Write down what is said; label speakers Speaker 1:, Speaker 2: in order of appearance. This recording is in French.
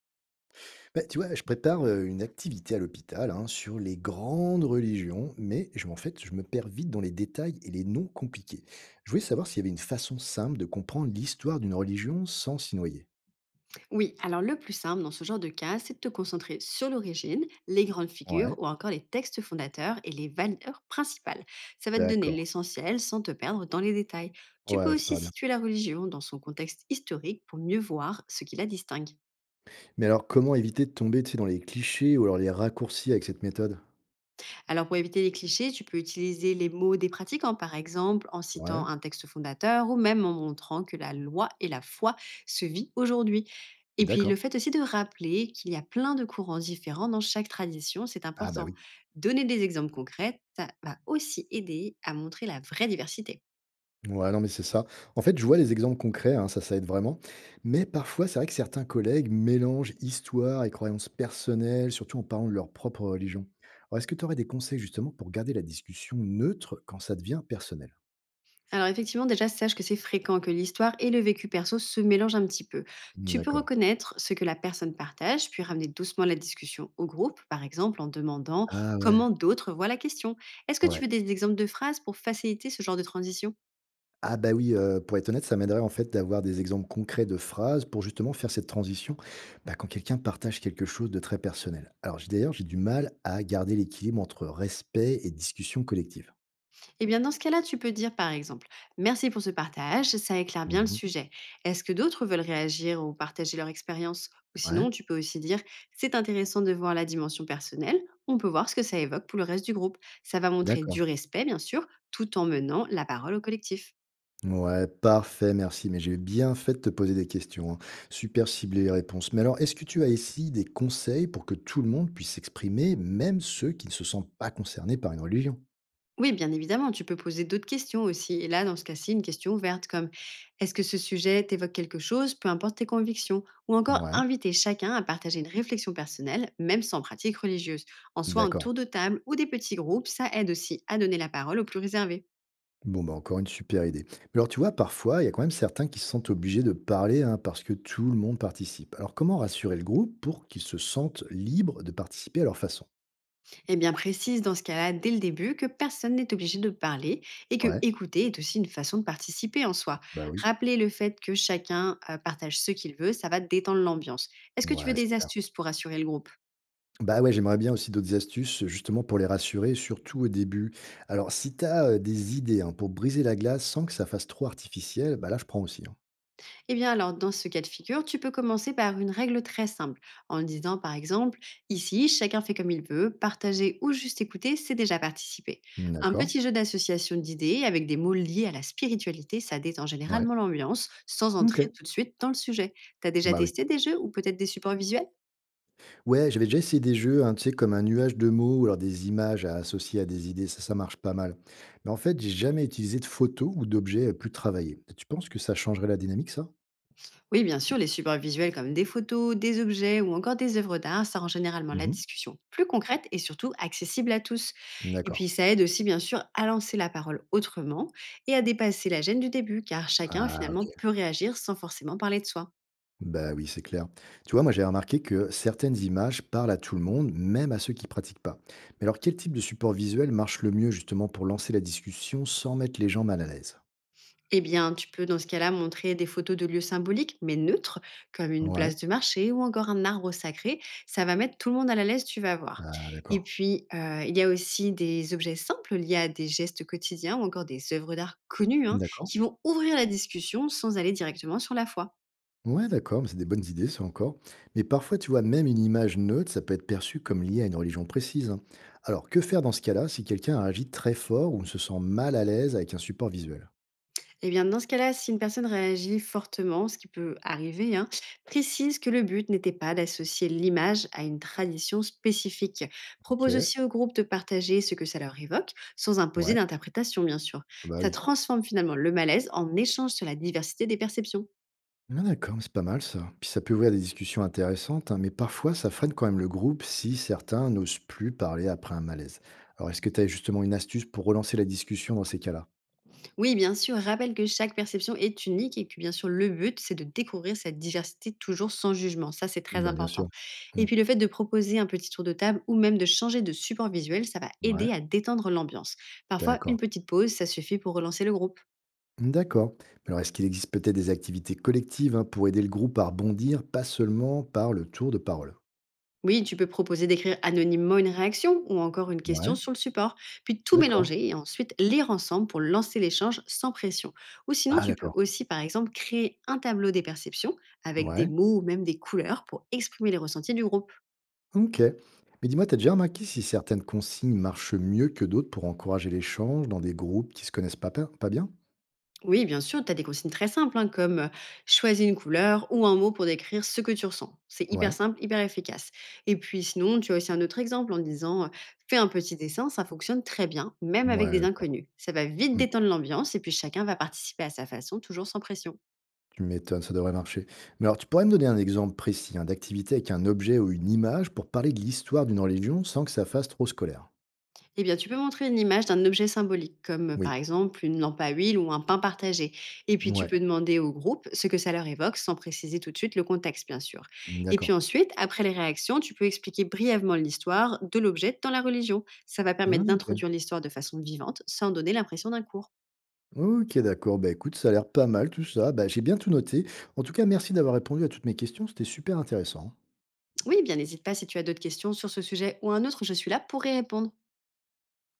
Speaker 1: Bah, tu vois, je prépare une activité à l'hôpital, hein, sur les grandes religions, mais en fait, je me perds vite dans les détails et les noms compliqués. Je voulais savoir s'il y avait une façon simple de comprendre l'histoire d'une religion sans s'y noyer.
Speaker 2: Oui, alors le plus simple dans ce genre de cas, c'est de te concentrer sur l'origine, les grandes figures
Speaker 1: Ouais,
Speaker 2: ou encore les textes fondateurs et les valeurs principales. Ça va te donner
Speaker 1: d'accord.
Speaker 2: l'essentiel sans te perdre dans les détails. Tu peux
Speaker 1: Ouais, c'est
Speaker 2: aussi
Speaker 1: pas bien.
Speaker 2: situer la religion dans son contexte historique pour mieux voir ce qui la distingue.
Speaker 1: Mais alors, comment éviter de tomber, tu sais, dans les clichés ou alors les raccourcis avec cette méthode?
Speaker 2: Alors pour éviter les clichés, tu peux utiliser les mots des pratiquants, par exemple, en citant
Speaker 1: Ouais,
Speaker 2: un texte fondateur ou même en montrant que la loi et la foi se vit aujourd'hui. Et puis le
Speaker 1: d'accord.
Speaker 2: fait aussi de rappeler qu'il y a plein de courants différents dans chaque tradition, c'est
Speaker 1: Ah bah
Speaker 2: important.
Speaker 1: oui.
Speaker 2: Donner des exemples concrets, ça va aussi aider à montrer la vraie diversité.
Speaker 1: Ouais, non, mais c'est ça. En fait, je vois les exemples concrets, hein, ça aide vraiment. Mais parfois, c'est vrai que certains collègues mélangent histoire et croyances personnelles, surtout en parlant de leur propre religion. Alors, est-ce que tu aurais des conseils justement pour garder la discussion neutre quand ça devient personnel?
Speaker 2: Alors effectivement, déjà, sache que c'est fréquent que l'histoire et le vécu perso se mélangent un petit peu.
Speaker 1: Hmm,
Speaker 2: Tu peux
Speaker 1: d'accord.
Speaker 2: reconnaître ce que la personne partage, puis ramener doucement la discussion au groupe, par exemple en demandant
Speaker 1: Ah ouais,
Speaker 2: comment d'autres voient la question. Est-ce que tu veux
Speaker 1: ouais.
Speaker 2: des exemples de phrases pour faciliter ce genre de transition?
Speaker 1: Ah bah oui, pour être honnête, ça m'aiderait en fait d'avoir des exemples concrets de phrases pour justement faire cette transition, bah, quand quelqu'un partage quelque chose de très personnel. Alors d'ailleurs, j'ai du mal à garder l'équilibre entre respect et discussion collective.
Speaker 2: Eh bien, dans ce cas-là, tu peux dire par exemple: merci pour ce partage, ça éclaire bien le
Speaker 1: Mhm.
Speaker 2: sujet. Est-ce que d'autres veulent réagir ou partager leur expérience? Ou
Speaker 1: Ouais.
Speaker 2: sinon, tu peux aussi dire: c'est intéressant de voir la dimension personnelle, on peut voir ce que ça évoque pour le reste du groupe. Ça va montrer du
Speaker 1: D'accord.
Speaker 2: respect, bien sûr, tout en menant la parole au collectif.
Speaker 1: Ouais, parfait, merci. Mais j'ai bien fait de te poser des questions, hein. Super ciblé les réponses. Mais alors, est-ce que tu as ici des conseils pour que tout le monde puisse s'exprimer, même ceux qui ne se sentent pas concernés par une religion?
Speaker 2: Oui, bien évidemment, tu peux poser d'autres questions aussi. Et là, dans ce cas-ci, une question ouverte comme: est-ce que ce sujet t'évoque quelque chose, peu importe tes convictions? Ou encore
Speaker 1: Ouais,
Speaker 2: inviter chacun à partager une réflexion personnelle, même sans pratique religieuse. En soi, un
Speaker 1: d'accord.
Speaker 2: tour de table ou des petits groupes, ça aide aussi à donner la parole aux plus réservés.
Speaker 1: Bon, bah encore une super idée. Mais alors, tu vois, parfois, il y a quand même certains qui se sentent obligés de parler, hein, parce que tout le monde participe. Alors, comment rassurer le groupe pour qu'ils se sentent libres de participer à leur façon?
Speaker 2: Et bien précise dans ce cas-là, dès le début, que personne n'est obligé de parler et que
Speaker 1: Ouais,
Speaker 2: écouter est aussi une façon de participer en soi.
Speaker 1: bah oui.
Speaker 2: Rappeler le fait que chacun partage ce qu'il veut, ça va détendre l'ambiance. Est-ce que tu veux
Speaker 1: Ouais, c'est
Speaker 2: des
Speaker 1: clair.
Speaker 2: astuces pour assurer le groupe?
Speaker 1: Bah ouais, j'aimerais bien aussi d'autres astuces, justement, pour les rassurer, surtout au début. Alors, si tu as des idées, hein, pour briser la glace sans que ça fasse trop artificiel, bah là, je prends aussi, hein.
Speaker 2: Eh bien alors, dans ce cas de figure, tu peux commencer par une règle très simple, en disant par exemple, ici, chacun fait comme il veut, partager ou juste écouter, c'est déjà participer.
Speaker 1: Mmh,
Speaker 2: Un
Speaker 1: d'accord.
Speaker 2: petit jeu d'association d'idées avec des mots liés à la spiritualité, ça détend
Speaker 1: Ouais.
Speaker 2: généralement l'ambiance, sans
Speaker 1: Ok.
Speaker 2: entrer tout de suite dans le sujet. T'as déjà
Speaker 1: Bah oui.
Speaker 2: testé des jeux ou peut-être des supports visuels?
Speaker 1: Ouais, j'avais déjà essayé des jeux, hein, tu sais, comme un nuage de mots ou alors des images à associer à des idées. Ça marche pas mal. Mais en fait, j'ai jamais utilisé de photos ou d'objets plus travaillés. Tu penses que ça changerait la dynamique, ça?
Speaker 2: Oui, bien sûr, les supports visuels comme des photos, des objets ou encore des œuvres d'art, ça rend généralement la
Speaker 1: Mhm.
Speaker 2: discussion plus concrète et surtout accessible à tous. Et
Speaker 1: D'accord.
Speaker 2: puis ça aide aussi, bien sûr, à lancer la parole autrement et à dépasser la gêne du début, car chacun
Speaker 1: Ah,
Speaker 2: finalement
Speaker 1: ok.
Speaker 2: peut réagir sans forcément parler de soi.
Speaker 1: Bah oui, c'est clair. Tu vois, moi j'ai remarqué que certaines images parlent à tout le monde, même à ceux qui pratiquent pas. Mais alors quel type de support visuel marche le mieux justement pour lancer la discussion sans mettre les gens mal à l'aise?
Speaker 2: Eh bien, tu peux dans ce cas-là montrer des photos de lieux symboliques, mais neutres, comme une
Speaker 1: Ouais,
Speaker 2: place de marché ou encore un arbre sacré. Ça va mettre tout le monde à la l'aise, tu vas voir.
Speaker 1: ah,
Speaker 2: Et
Speaker 1: d'accord.
Speaker 2: puis, il y a aussi des objets simples liés à des gestes quotidiens ou encore des œuvres d'art connues hein,
Speaker 1: D'accord.
Speaker 2: qui vont ouvrir la discussion sans aller directement sur la foi.
Speaker 1: Ouais, d'accord, mais c'est des bonnes idées, ça encore. Mais parfois, tu vois, même une image neutre, ça peut être perçu comme lié à une religion précise, hein. Alors, que faire dans ce cas-là si quelqu'un agit très fort ou se sent mal à l'aise avec un support visuel?
Speaker 2: Eh bien, dans ce cas-là, si une personne réagit fortement, ce qui peut arriver, hein, précise que le but n'était pas d'associer l'image à une tradition spécifique. Propose
Speaker 1: Ok,
Speaker 2: aussi au groupe de partager ce que ça leur évoque, sans imposer
Speaker 1: ouais,
Speaker 2: d'interprétation, bien sûr.
Speaker 1: bah
Speaker 2: Ça
Speaker 1: oui.
Speaker 2: transforme finalement le malaise en échange sur la diversité des perceptions.
Speaker 1: Ah d'accord, mais c'est pas mal ça. Puis ça peut ouvrir des discussions intéressantes, hein, mais parfois ça freine quand même le groupe si certains n'osent plus parler après un malaise. Alors est-ce que tu as justement une astuce pour relancer la discussion dans ces cas-là?
Speaker 2: Oui, bien sûr, rappelle que chaque perception est unique et que bien sûr le but, c'est de découvrir cette diversité toujours sans jugement. Ça, c'est très
Speaker 1: Bah bien sûr.
Speaker 2: important. Et
Speaker 1: Mm.
Speaker 2: puis le fait de proposer un petit tour de table ou même de changer de support visuel, ça va
Speaker 1: Ouais,
Speaker 2: aider à détendre l'ambiance. Parfois, une
Speaker 1: d'accord.
Speaker 2: petite pause, ça suffit pour relancer le groupe.
Speaker 1: D'accord. Mais alors est-ce qu'il existe peut-être des activités collectives, hein, pour aider le groupe à rebondir, pas seulement par le tour de parole?
Speaker 2: Oui, tu peux proposer d'écrire anonymement une réaction ou encore une question
Speaker 1: Ouais,
Speaker 2: sur le support, puis tout
Speaker 1: d'accord.
Speaker 2: mélanger et ensuite lire ensemble pour lancer l'échange sans pression. Ou sinon,
Speaker 1: Ah
Speaker 2: tu peux
Speaker 1: d'accord.
Speaker 2: aussi, par exemple, créer un tableau des perceptions avec des
Speaker 1: Ouais,
Speaker 2: mots ou même des couleurs pour exprimer les ressentis du groupe.
Speaker 1: ok. Mais dis-moi, t'as déjà remarqué si certaines consignes marchent mieux que d'autres pour encourager l'échange dans des groupes qui se connaissent pas bien?
Speaker 2: Oui, bien sûr, tu as des consignes très simples, hein, comme choisis une couleur ou un mot pour décrire ce que tu ressens. C'est hyper
Speaker 1: Ouais,
Speaker 2: simple, hyper efficace. Et puis sinon, tu as aussi un autre exemple en disant fais un petit dessin, ça fonctionne très bien, même avec
Speaker 1: ouais,
Speaker 2: des
Speaker 1: d'accord.
Speaker 2: inconnus. Ça va vite
Speaker 1: Mmh.
Speaker 2: détendre l'ambiance et puis chacun va participer à sa façon, toujours sans pression.
Speaker 1: Tu m'étonnes, ça devrait marcher. Mais alors, tu pourrais me donner un exemple précis, hein, d'activité avec un objet ou une image pour parler de l'histoire d'une religion sans que ça fasse trop scolaire?
Speaker 2: Eh bien, tu peux montrer une image d'un objet symbolique, comme par
Speaker 1: Oui,
Speaker 2: exemple une lampe à huile ou un pain partagé. Et puis, tu
Speaker 1: ouais,
Speaker 2: peux demander au groupe ce que ça leur évoque, sans préciser tout de suite le contexte, bien sûr.
Speaker 1: mmh,
Speaker 2: Et puis
Speaker 1: d'accord.
Speaker 2: ensuite, après les réactions, tu peux expliquer brièvement l'histoire de l'objet dans la religion. Ça va
Speaker 1: Ah
Speaker 2: permettre
Speaker 1: ok.
Speaker 2: d'introduire l'histoire de façon vivante, sans donner l'impression d'un cours.
Speaker 1: Ok, d'accord. Bah, écoute, ça a l'air pas mal tout ça. Bah, j'ai bien tout noté. En tout cas, merci d'avoir répondu à toutes mes questions, c'était super intéressant.
Speaker 2: Oui, eh bien, n'hésite pas si tu as d'autres questions sur ce sujet ou un autre, je suis là pour y répondre.